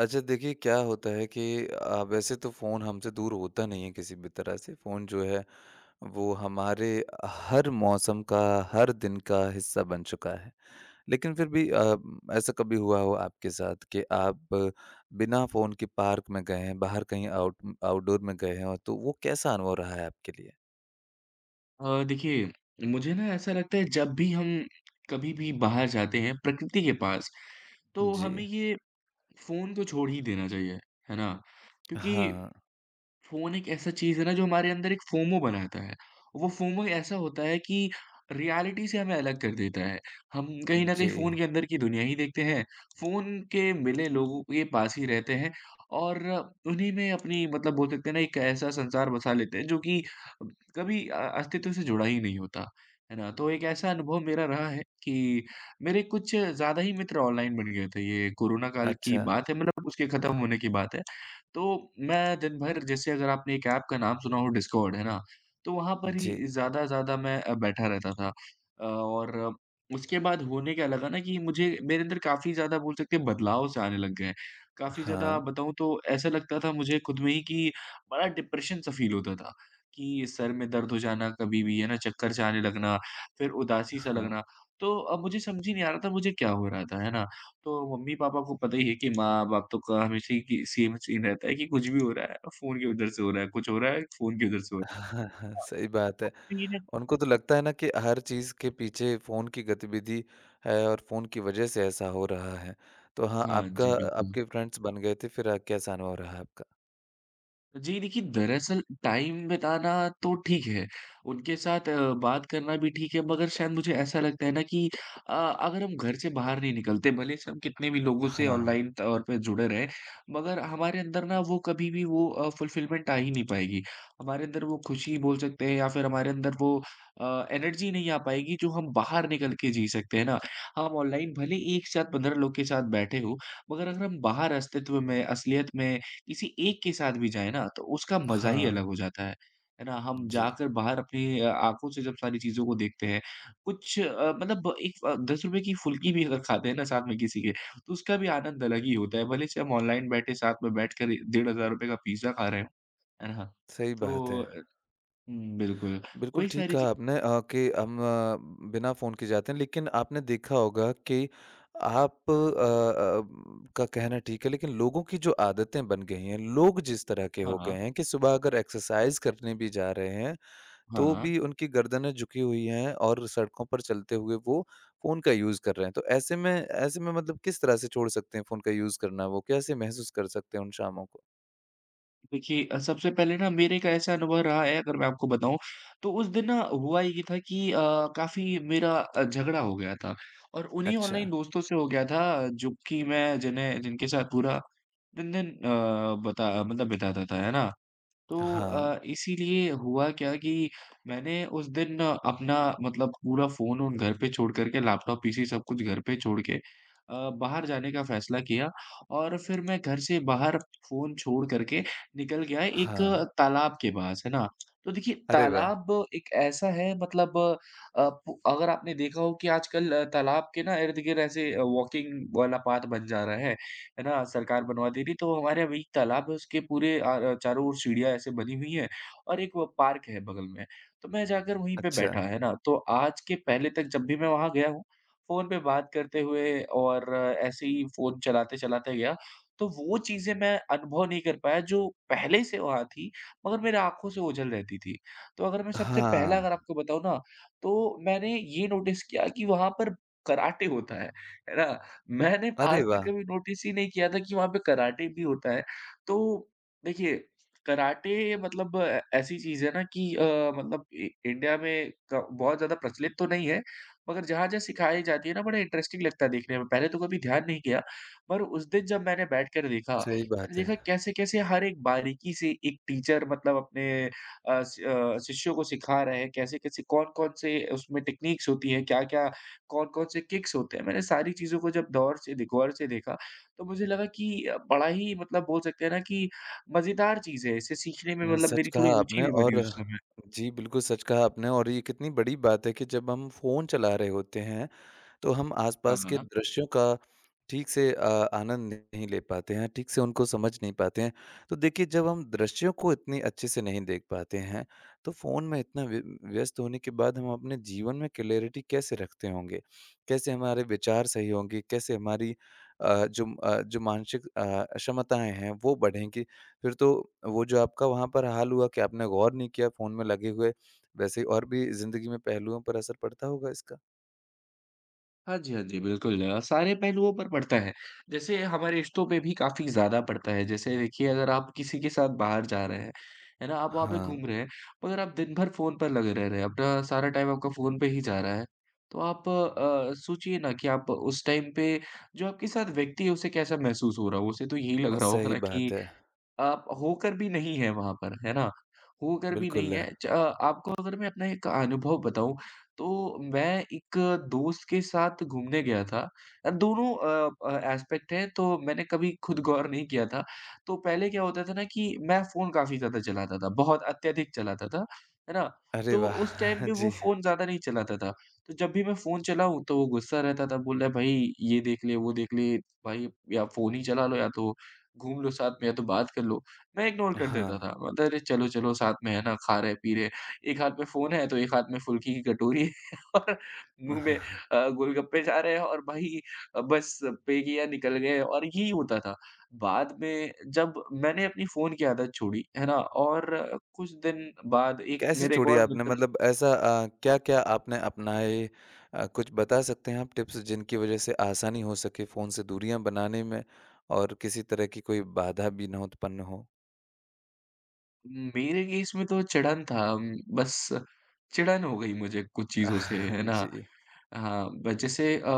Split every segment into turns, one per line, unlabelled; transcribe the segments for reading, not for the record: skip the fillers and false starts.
अच्छा, देखिए क्या होता है कि वैसे तो फ़ोन हमसे दूर होता नहीं है किसी भी तरह से। फ़ोन जो है वो हमारे हर मौसम का, हर दिन का हिस्सा बन चुका है। लेकिन फिर भी ऐसा कभी हुआ हो आपके साथ कि आप बिना फ़ोन के पार्क में गए हैं, बाहर कहीं आउटडोर में गए हैं, और तो वो कैसा अनुभव रहा है आपके लिए?
देखिए, मुझे ना ऐसा लगता है जब भी हम कभी भी बाहर जाते हैं प्रकृति के पास, तो
जी।
हमें ये फ़ोन को छोड़ ही देना चाहिए, है ना? क्योंकि
हाँ।
फ़ोन एक ऐसा चीज़ है ना जो हमारे अंदर एक फोमो बनाता है। वो फोमो ऐसा होता है कि रियलिटी से हमें अलग कर देता है। हम कहीं न
जी।
कहीं फ़ोन के अंदर की दुनिया ही देखते हैं, फ़ोन के मिले लोगों के पास ही रहते हैं और उन्हीं में अपनी मतलब बोल सकते हैं ना एक ऐसा संसार बसा लेते हैं जो कि कभी अस्तित्व से जुड़ा ही नहीं होता। है ना? तो एक ऐसा अनुभव मेरा रहा है कि मेरे कुछ ज़्यादा ही मित्र ऑनलाइन बन गए थे। ये कोरोना काल की
अच्छा।
बात है मतलब उसके खत्म होने की बात है। तो मैं दिन भर जैसे अगर आपने एक ऐप का नाम सुना हो डिस्कॉर्ड, है ना? तो वहाँ पर
जी।
ही ज़्यादा ज़्यादा मैं बैठा रहता था। और उसके बाद होने क्या लगा ना कि मुझे मेरे अंदर काफ़ी ज़्यादा बोल सकते हैं बदलाव से आने लग गए हैं। काफ़ी
हाँ,
ज़्यादा बताऊँ तो ऐसा लगता था मुझे खुद में ही कि बड़ा डिप्रेशन-सा फ़ील होता था कि सर में दर्द हो जाना कभी भी, है ना? चक्कर-सा आने लगना, फिर उदासी-सा
हाँ।
लगना। तो अब मुझे समझ ही नहीं आ रहा था मुझे क्या हो रहा था, है ना? तो मम्मी-पापा को पता ही है कि माँ-बाप तो का हमेशा ही कि सेम सीन रहता है कि कुछ भी हो रहा है, फ़ोन के उधर से हो रहा है, कुछ हो रहा है, फ़ोन के उधर से हो रहा
हाँ,
है। हाँ,
सही बात है।
तो ये ना।
उनको तो लगता है ना कि हर चीज़ के पीछे फ़ोन की गतिविधि है और फ़ोन की वजह से ऐसा हो रहा है। तो हाँ,
हाँ
आपका
जी, बिल्कुल।
आपके फ्रेंड्स बन गए थे, फिर कैसा अनुभव रहा आपका?
जी देखिए, दरअसल टाइम बिताना तो ठीक है, उनके साथ बात करना भी ठीक है मगर शायद मुझे ऐसा लगता है ना कि अगर हम घर से बाहर नहीं निकलते, भले से हम कितने भी लोगों
हाँ,
से ऑनलाइन तौर पे जुड़े रहें, मगर हमारे अंदर ना वो कभी भी वो फुलफिलमेंट आ ही नहीं पाएगी। हमारे अंदर वो खुशी बोल सकते हैं या फिर हमारे अंदर वो एनर्जी नहीं आ पाएगी जो हम बाहर निकल के जी सकते हैं ना। हम ऑनलाइन भले एक साथ 15 लोग के साथ बैठे हों, मगर अगर हम बाहर अस्तित्व में, असलियत में किसी एक के साथ भी जाएँ ना, तो उसका मज़ा ही
हाँ।
अलग हो जाता है। है ना? हम
जी,
जाकर बाहर अपनी आँखों से जब सारी चीज़ों को देखते हैं, कुछ मतलब एक ₹10 की फुल्की भी अगर खाते हैं ना साथ में किसी के, तो उसका भी आनंद अलग ही होता है। भले से हम ऑनलाइन बैठे साथ में बैठकर ₹1,500 का पिज़्ज़ा खा रहे हों, है ना?
सही बात है।
तो हुँ, बिल्कुल,
बिल्कुल
वही
ठीक
सारी चीज़।
कहा आपने कि हम बिना फ़ोन के जाते हैं, लेकिन आपने देखा होगा कि का कहना ठीक है, लेकिन लोगों की जो आदतें बन गई हैं, लोग जिस तरह के हो गए
हाँ,
हैं कि सुबह अगर एक्सरसाइज़ करने भी जा रहे हैं तो
हाँ।
भी उनकी गर्दनें झुकी हुई हैं, और सड़कों पर चलते हुए वो फ़ोन का यूज़ कर रहे हैं। तो ऐसे में मतलब किस तरह से छोड़ सकते हैं फ़ोन का यूज़ करना वो? कैसे महसूस कर सकते हैं उन शामों को?
देखिए सबसे पहले ना मेरे एक ऐसा अनुभव रहा है अगर मैं आपको बताऊँ, तो उस दिन ना हुआ ये था कि काफ़ी मेरा झगड़ा हो गया था और उन्हीं
अच्छा।
ऑनलाइन दोस्तों से हो गया था जो कि मैं जिन्हें जिनके साथ पूरा दिन-दिन अ, बता मतलब बिताता था, है ना? तो
हाँ,
इसीलिए हुआ क्या कि मैंने उस दिन अपना मतलब पूरा फ़ोन वोन घर पे छोड़ कर के लैपटॉप, पीसी सब कुछ घर पे छोड़ के बाहर जाने का फ़ैसला किया और फिर मैं घर से बाहर फ़ोन छोड़ कर के निकल गया एक
हाँ।
तालाब के पास, है ना? तो देखिए
अरे वाह!
तालाब एक ऐसा है मतलब अ, प अगर आपने देखा हो कि आजकल तालाब के ना इर्द-गिर्द ऐसे वॉकिंग वाला पाथ बन जा रहा है। है ना, सरकार बनवा दे रही है, तो हमारे अभी एक तालाब है उसके पूरे चारों ओर सीढ़ियाँ ऐसे बनी हुई हैं और एक वो पार्क है बगल में। तो मैं जाकर वहीं पे
अच्छा।
बैठा, है ना? तो आज के पहले तक जब भी मैं वहाँ गया हूँ, फ़ोन पे बात करते हुए और ऐसे ही फ़ोन चलाते-चलाते गया, तो वो चीज़ें मैं अनुभव नहीं कर पाया जो पहले से वहाँ थी, मगर मेरे आँखों से ओझल रहती थी। तो अगर मैं सबसे पहला
हाँ।
अगर आपको बताऊँ ना, तो मैंने ये नोटिस किया कि वहाँ पर कराटे होता है ना? मैंने
अरे
आज तक
वाह!
कभी नोटिस ही नहीं किया था कि वहाँ पे कराटे भी होता है। तो देखिए, कराटे मतलब ऐसी चीज़ है ना कि मतलब इ इंडिया में क बहुत ज़्यादा प्रचलित तो नहीं है, मगर जहाँ-जहाँ सिखाई जाती है ना बड़ा इंटरेस्टिंग लगता है देखने में। पहले तो कभी ध्यान नहीं किया, पर उस दिन जब मैंने बैठकर देखा,
सही
मैंने
बात है।
देखा कैसे-कैसे हर एक बारीकी से एक टीचर मतलब अपने शिष्यों को सिखा रहे हैं, कैसे-कैसे, कौन-कौन से उसमें टेक्निक्स होती हैं, क्या-क्या कौन-कौन से किक्स होते हैं, मैंने सारी चीज़ों को जब दौर से दे गौर से देखा, तो मुझे लगा कि बड़ा ही मतलब बोल सकते हैं ना कि मज़ेदार चीज़ है, इसे सीखने में मतलब
सच
मेरी थोड़ी
कहा
रुचि
आपने।
भी बनी
और
उस समय।
जी, बिल्कुल सच कहा आपने। और ये कितनी बड़ी बात है कि जब हम फ़ोन चला रहे होते हैं तो हम
हाँ,
आसपास के
हाँ।
दृश्यों का ठीक से आनंद नहीं ले पाते हैं, ठीक से उनको समझ नहीं पाते हैं। तो देखिए, जब हम दृश्यों को इतनी अच्छे से नहीं देख पाते हैं, तो फ़ोन में इतना व्यस्त होने के बाद हम अपने जीवन में क्लैरिटी कैसे रखते होंगे? कैसे हमारे विचार सही होंगे? कैसे हमारी जो मानसिक क्षमताएँ हैं वो बढ़ेंगी? फिर तो वो जो आपका वहाँ पर हाल हुआ कि आपने गौर नहीं किया फ़ोन में लगे हुए, वैसे और भी ज़िंदगी में पहलुओं पर असर पड़ता होगा इसका?
हाँ जी, हाँ जी, बिल्कुल सारे पहलुओं पर पड़ता है। जैसे हमारे रिश्तों पे भी काफ़ी ज़्यादा पड़ता है, जैसे देखिए अगर आप किसी के साथ बाहर जा रहे हैं, है ना? आप वहाँ पे
हाँ।
घूम रहे हैं, मगर आप दिन भर फ़ोन पर लगे रह रहे हैं, अपना सारा टाइम आपका फ़ोन पे ही जा रहा है, तो आप सोचिए ना कि आप उस टाइम पे जो आपके साथ व्यक्ति है, उसे कैसा महसूस हो रहा होगा? उसे तो यही लग रहा होगा
सही
ना
बात
कि
है।
आप होकर भी नहीं है वहाँ पर, है ना? होकर भी नहीं
बिल्कुल।
है। आपको अगर मैं अपना एक अनुभव बताऊँ, तो मैं एक दोस्त के साथ घूमने गया था। दोनों एस्पेक्ट हैं, तो मैंने कभी खुद गौर नहीं किया था। तो पहले क्या होता था ना कि मैं फ़ोन काफ़ी ज़्यादा चलाता था, बहुत अत्यधिक चलाता था, है ना?
अरे
तो
वाह!
उस टाइम पे वो
जी।
फ़ोन ज़्यादा नहीं चलाता था। तो जब भी मैं फ़ोन चलाऊँ, तो वो गुस्सा रहता था, बोल रहा है, "भाई, ये देख ले, वो देख ले। भाई, या फ़ोन ही चला लो या तो घूम लो साथ में या तो बात कर लो।" मैं इग्नोर कर
हाँ।
देता था। मतलब अरे चलो, चलो साथ में है ना खा रहे, पी रहे। एक हाथ में फ़ोन है तो एक हाथ में फुल्की की कटोरी है और मुँह में
हाँ,
गोलगप्पे जा रहे हैं और भाई बस पे किया निकल गए और यही होता था। बाद में जब मैंने अपनी फ़ोन की आदत छोड़ी, है ना? और कुछ दिन बाद एक
कैसे
मेरा एक
छोड़ी
और
आपने,
मित्र।
मतलब ऐसा क्या-क्या आपने अपनाए? कुछ बता सकते हैं आप टिप्स जिनकी वज़ह से आसानी हो सके फ़ोन से दूरियाँ बनाने में, और किसी तरह की कोई बाधा भी ना उत्पन्न हो?
मेरे केस में तो चिढ़न था, बस चिढ़न हो गई मुझे कुछ चीज़ों से, है ना?
जी।
हाँ, ब जैसे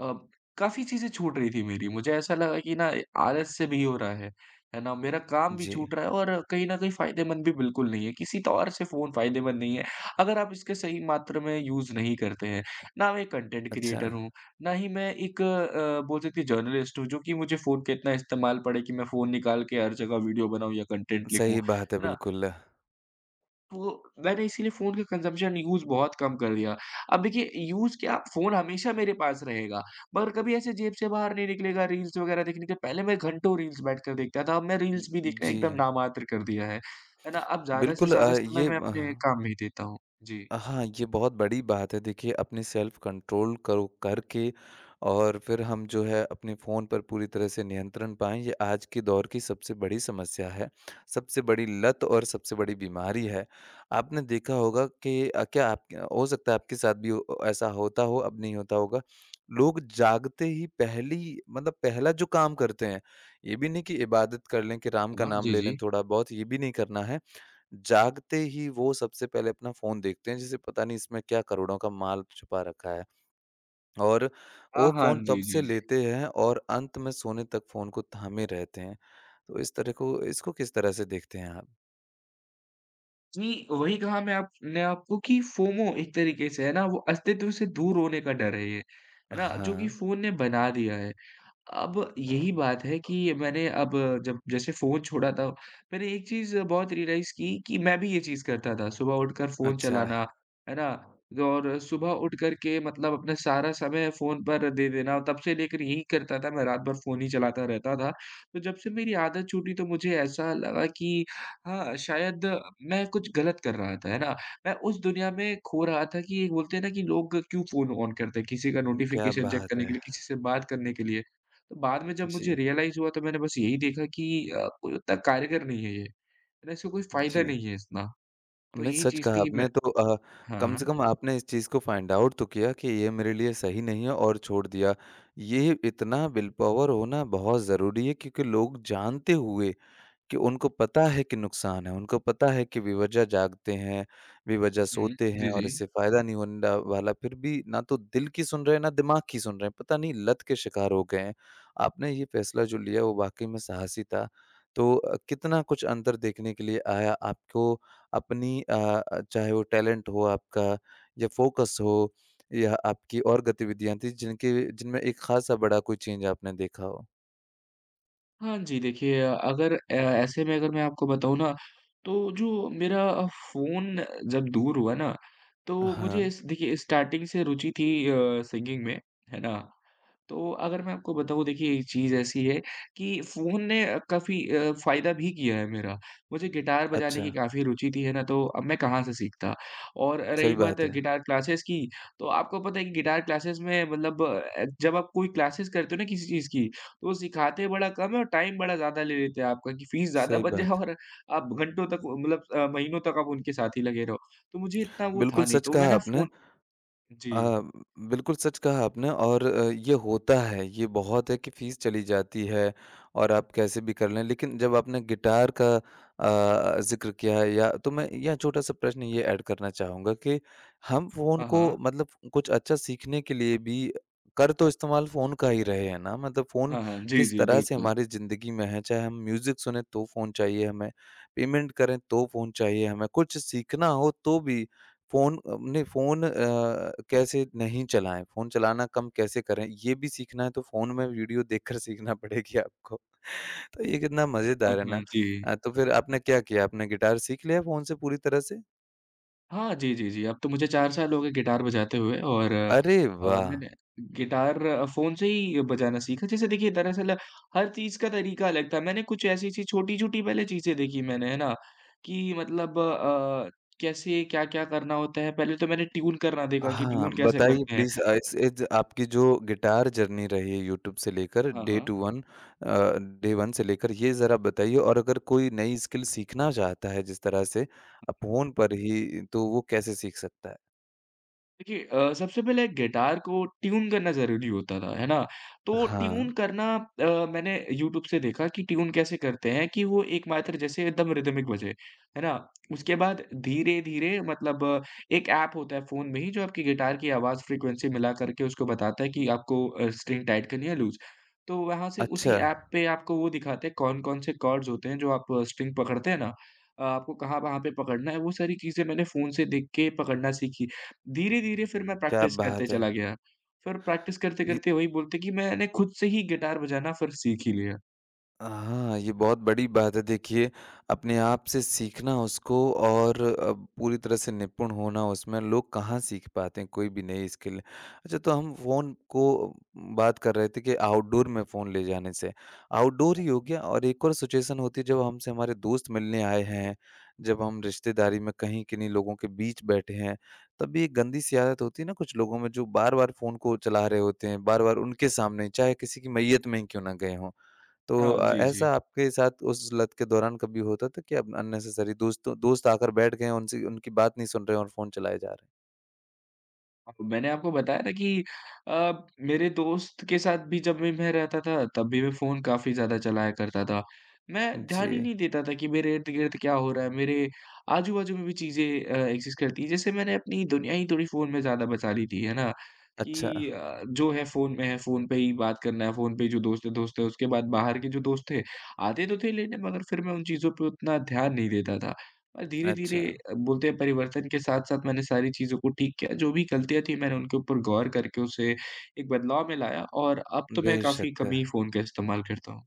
अ, काफ़ी चीज़ें छूट रही थी मेरी, मुझे ऐसा लगा कि ना आलस से भी हो रहा है ना? मेरा काम भी
जी।
छूट रहा है और कहीं न कहीं फ़ायदेमंद भी बिल्कुल नहीं है, किसी तौर से फ़ोन फ़ायदेमंद नहीं है, अगर आप इसके सही मात्रा में यूज़ नहीं करते हैं। ना मैं कंटेंट
अच्छा,
क्रिएटर हूँ, ना ही मैं एक बोल सकते हैं जर्नलिस्ट हूँ, जो कि मुझे फ़ोन का इतना इस्तेमाल पड़े कि मैं फ़ोन निकाल के हर जगह वीडियो बनाऊँ या कंटेंट लिखूँ।
सही बात है
है ना?
बिल्कुल।
तो मैंने इसीलिए फ़ोन का कंज़म्पशन यूज़ बहुत कम कर दिया। अब देखिए यूज़ क्या फ़ोन हमेशा मेरे पास रहेगा, मगर कभी ऐसे जेब से बाहर नहीं निकलेगा रील्स वग़ैरह देखने के पहले मैं घंटों रील्स बैठकर देखता था, अब मैं रील्स भी देखना
जी।
एकदम नामात्र कर दिया है। है ना? अब ज़्यादा से
बिल्कुल अ,
ज़्यादा समय
ये
मैं
अ
अपने काम में ही देता हूँ। जी।
हाँ, ये बहुत बड़ी बात है। देखिए, अपने सेल्फ कंट्रोल करो करके और फिर हम जो है अपने फ़ोन पर पूरी तरह से नियंत्रण पाएँ, ये आज के दौर की सबसे बड़ी समस्या है, सबसे बड़ी लत और सबसे बड़ी बीमारी है। आपने देखा होगा कि क्या आप हो सकता है आपके साथ भी हो, ऐसा होता हो, अब नहीं होता होगा। लोग जागते ही पहली मतलब पहला जो काम करते हैं, ये भी नहीं कि इबादत कर लें, कि राम का
हाँ,
नाम
जी,
ले लें
जी।
थोड़ा बहुत, ये भी नहीं करना है। जागते ही वो सबसे पहले अपना फ़ोन देखते हैं, जिसे पता नहीं इसमें क्या करोड़ों का माल छुपा रखा है, और
हाँ,
वो
हाँ।
फ़ोन तब
जी,
से
जी, जी।
लेते हैं और अंत में सोने तक फ़ोन को थामे रहते हैं। तो इस तरह को इसको किस तरह से देखते हैं आप?
जी, वही कहा मैं आप ने आपको कि फोमो एक तरीके से है ना वो अस्तित्व से दूर होने का डर है ये। है ना? जो कि
हाँ,
फ़ोन ने बना दिया है। अब यही बात है कि मैंने अब जब जैसे फ़ोन छोड़ा था, मैंने एक चीज़ बहुत रियलाइज़ की कि मैं भी ये चीज़ करता था, सुबह उठकर फ़ोन
अच्छा।
चलाना, है ना? और सुबह उठ कर के मतलब अपना सारा समय फ़ोन पर दे देना, तब से लेकर यही करता था, मैं रात भर फ़ोन ही चलाता रहता था। तो जब से मेरी आदत छूटी तो मुझे ऐसा लगा कि हाँ, शायद मैं कुछ गलत कर रहा था, है ना? मैं उस दुनिया में खो रहा था कि बोलते हैं ना कि लोग क्यों फ़ोन ऑन करते हैं, किसी का
क्या
नोटिफ़िकेशन चेक
बात
करने के
है!
लिए, किसी से बात करने के लिए। तो बाद में जब मुझे
जी,
रियलाइज़ हुआ तो मैंने बस यही देखा कि कोई उतना कारगर नहीं है ये, है ना? इसका कोई फ़ायदा
जी।
नहीं है इतना, तो
नहीं,
यही
सच
चीज़
कहा
थी
आपने
मैं।
तो
हाँ,
कम
हाँ।
से कम आपने इस चीज़ को फाइंड आउट तो किया कि ये मेरे लिए सही नहीं है, और छोड़ दिया। ये इतना विल पावर होना बहुत ज़रूरी है, क्योंकि लोग जानते हुए कि उनको पता है कि नुकसान है, उनको पता है कि बेवजह जागते हैं, बेवजह
हुँ,
सोते हैं
जी,
और
जी।
इससे फ़ायदा नहीं होने वाला, फिर भी ना तो दिल की सुन रहे हैं, ना दिमाग की सुन रहे हैं, पता नहीं लत के शिकार हो गए हैं। आपने ये फैसला जो लिया वो वाक़ई में साहसी था। तो कितना कुछ अंतर देखने के लिए आया आपको अपनी, चाहे वो टैलेंट हो आपका, या फ़ोकस हो, या आपकी और गतिविधियाँ थीं जिनके जिनमें एक ख़ासा बड़ा कोई चेंज आपने देखा हो?
हाँ जी, देखिए अगर ऐसे में अगर मैं आपको बताऊँ ना, तो जो मेरा फ़ोन जब दूर हुआ ना, तो
हाँ,
मुझे इस देखिए स्टार्टिंग से रुचि थी सिंगिंग में, है ना? तो अगर मैं आपको बताऊँ देखिए एक चीज़ ऐसी है कि फ़ोन ने काफ़ी फ़ायदा भी किया है मेरा। मुझे गिटार बजाने
अच्छा,
की काफ़ी रुचि थी, है ना, तो अब मैं कहाँ से सीखता? और
सही
रही बात
बात है।
गिटार क्लासेस की, तो आपको पता है कि गिटार क्लासेस में मतलब जब आप कोई क्लासेस करते हो ना किसी चीज़ की, तो वो सिखाते बड़ा कम है और टाइम बड़ा ज़्यादा ले लेते हैं आपका कि फ़ीस ज़्यादा
सही
बन जाए
बात है।
और आप घंटों तक वो मतलब महीनों तक आप उनके साथ ही लगे रहो। तो मुझे इतना वो
बिल्कुल
था नहीं,
सच
तो मैं
कहा
ना
आपने
फ़ोन। जी।
अ, बिल्कुल सच कहा आपने, और ये होता है, ये बहुत है कि फ़ीस चली जाती है और आप कैसे भी कर लें। लेकिन जब आपने गिटार का ज़िक्र किया है, या तो मैं यहाँ छोटा-सा प्रश्न ये ऐड करना चाहूँगा कि हम फ़ोन
हाँ,
को,
हाँ।
मतलब कुछ अच्छा सीखने के लिए भी कर तो इस्तेमाल फ़ोन का ही रहे हैं ना? मतलब फ़ोन
हाँ, हाँ। जी,
किस
जी,
तरह से
बिल्कुल।
हमारी ज़िंदगी में है, चाहे हम म्यूज़िक सुनें तो फ़ोन चाहिए हमें, पेमेंट करें तो फ़ोन चाहिए हमें, कुछ सीखना हो तो भी फ़ोन अ, ने फ़ोन अ, कैसे नहीं चलाएँ, फ़ोन चलाना कम कैसे करें, ये भी सीखना है तो फ़ोन में वीडियो देखकर सीखना पड़ेगी आपको। तो ये कितना
हाँ,
मज़ेदार है ना।
हाँ, जी।
तो फिर आपने क्या किया? आपने गिटार सीख लिया फ़ोन से पूरी तरह से?
हाँ, जी, जी, जी, अब तो मुझे 4 साल हो गए गिटार बजाते हुए और
अरे वाह!
मैंने गिटार फ़ोन से ही बजाना सीखा। जैसे देखिए दरअसल हर चीज़ का तरीका अलग था। मैंने कुछ ऐसी-ऐसी छोटी-छोटी पहले चीज़ें देखी मैंने, है ना? कि मतलब कैसे क्या-क्या करना होता है। पहले तो मैंने ट्यून करना देखा कि
हाँ,
ट्यून कैसे
बताइए
करते हैं।
प्लीज़, इस इज आपकी जो गिटार जर्नी रही है यूट्यूब से लेकर,
हाँ,
डे
हाँ।
टू 1 अ, डे 1 से लेकर, ये ज़रा बताइए। और अगर कोई नई स्किल सीखना चाहता है जिस तरह से फ़ोन पर ही, तो वो कैसे सीख सकता है?
देखिए सबसे पहले गिटार को ट्यून करना ज़रूरी होता था, है ना? तो
हाँ।
ट्यून करना मैंने यूट्यूब से देखा कि ट्यून कैसे करते हैं कि वो एकमात्र जैसे एकदम रिदमिक बजे, है ना? उसके बाद धीरे-धीरे मतलब एक ऐप होता है फ़ोन में ही जो आपकी गिटार की आवाज़ फ्रीक्वेंसी मिला करके उसको बताता है कि आपको स्ट्रिंग टाइट करनी है लूज़। तो वहाँ से उसी
अच्छा,
ऐप पे आपको वो दिखाते हैं कौन-कौन से कॉर्ड्स होते हैं जो आप स्ट्रिंग पकड़ते हैं ना, आपको कहाँ-कहाँ पे पकड़ना है वो सारी चीज़ें मैंने फ़ोन से देख के पकड़ना सीखी। धीरे-धीरे फिर मैं
क्या
प्रैक्टिस करते
बात है!
चला गया। फिर प्रैक्टिस
ये
करते-करते वही बोलते हैं कि मैंने खुद से ही गिटार बजाना फिर सीख ही लिया।
हाँ, ये बहुत बड़ी बात है देखिए, अपने आप से सीखना उसको, और पूरी तरह से निपुण होना, उसमें लोग कहाँ सीख पाते हैं, कोई भी नहीं, स्किल। अच्छा, तो हम फ़ोन को बात कर रहे थे कि आउटडोर में फ़ोन ले जाने से। आउटडोर
हाँ
ही हो
जी।
गया, और एक और सिचुएशन होती है जब हमसे हमारे दोस्त मिलने आए हैं, जब हम रिश्तेदारी में कहीं किन्हीं लोगों के बीच बैठे हैं, तब भी एक गंदी सी आदत होती है ना कुछ लोगों में जो बार-बार फ़ोन को चला रहे होते हैं, बार-बार उनके सामने, चाहे किसी की मैय्यत में ही क्यों ना गए हों। तो
हाँ, जी, जी।
ऐसा आपके साथ उस लत के दौरान कभी होता था कि अब अननेसेसरी दोस्त आकर बैठ गए हैं, उनसे उनकी बात नहीं सुन रहे हैं और फ़ोन चलाए जा रहे
मैंने आपको बताया ना कि अ, मेरे दोस्त के साथ भी जब भी मैं रहता था, तब भी मैं फ़ोन काफ़ी ज़्यादा चलाया करता था। मैं
हैं?
ध्यान ही
जी।
नहीं देता था कि मेरे इर्द-गिर्द क्या हो रहा है, मेरे आजू-बाजू में भी चीज़ें एग्ज़िस्ट करती हैं। जैसे मैंने अपनी दुनिया ही थोड़ी फ़ोन में ज़्यादा बसा ली थी, है ना?
अच्छा,
कि जो है फ़ोन में है, फ़ोन पे ही बात करना है, फ़ोन पे ही जो दोस्त है, दोस्त है। उसके बाद बाहर के जो दोस्त थे, आते तो थे लेने मगर फिर मैं उन चीज़ों पे उतना ध्यान नहीं देता था। और
अच्छा।
धीरे-धीरे बोलते हैं परिवर्तन के साथ-साथ मैंने सारी चीज़ों को ठीक किया, जो भी गलतियाँ थी मैंने उनके ऊपर गौर करके उसे एक बदलाव में लाया और अब तो मैं काफ़ी
बेशक।
कम ही फ़ोन का इस्तेमाल करता हूँ।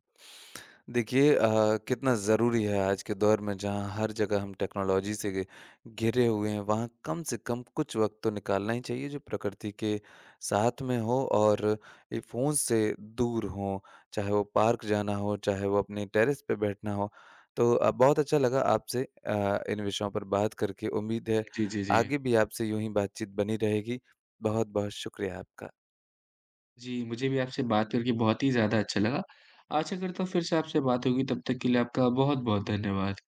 देखिए कितना ज़रूरी है आज के दौर में जहाँ हर जगह हम टेक्नोलॉजी से घिरे हुए हैं, वहाँ कम से कम कुछ वक्त तो निकालना ही चाहिए जो प्रकृति के साथ में हो, और ये फ़ोन से दूर हो, चाहे वो पार्क जाना हो, चाहे वो अपने टेरेस पे बैठना हो। तो बहुत अच्छा लगा आपसे इन विषयों पर बात करके। उम्मीद है
जी, जी, जी।
आगे भी आपसे यूं ही बातचीत बनी रहेगी। बहुत बहुत शुक्रिया आपका।
जी, मुझे भी आपसे बात करके बहुत ही ज़्यादा अच्छा लगा। आशा करता हूँ फिर से आपसे बात होगी, तब तक के लिए आपका बहुत-बहुत धन्यवाद।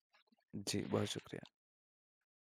जी, बहुत शुक्रिया।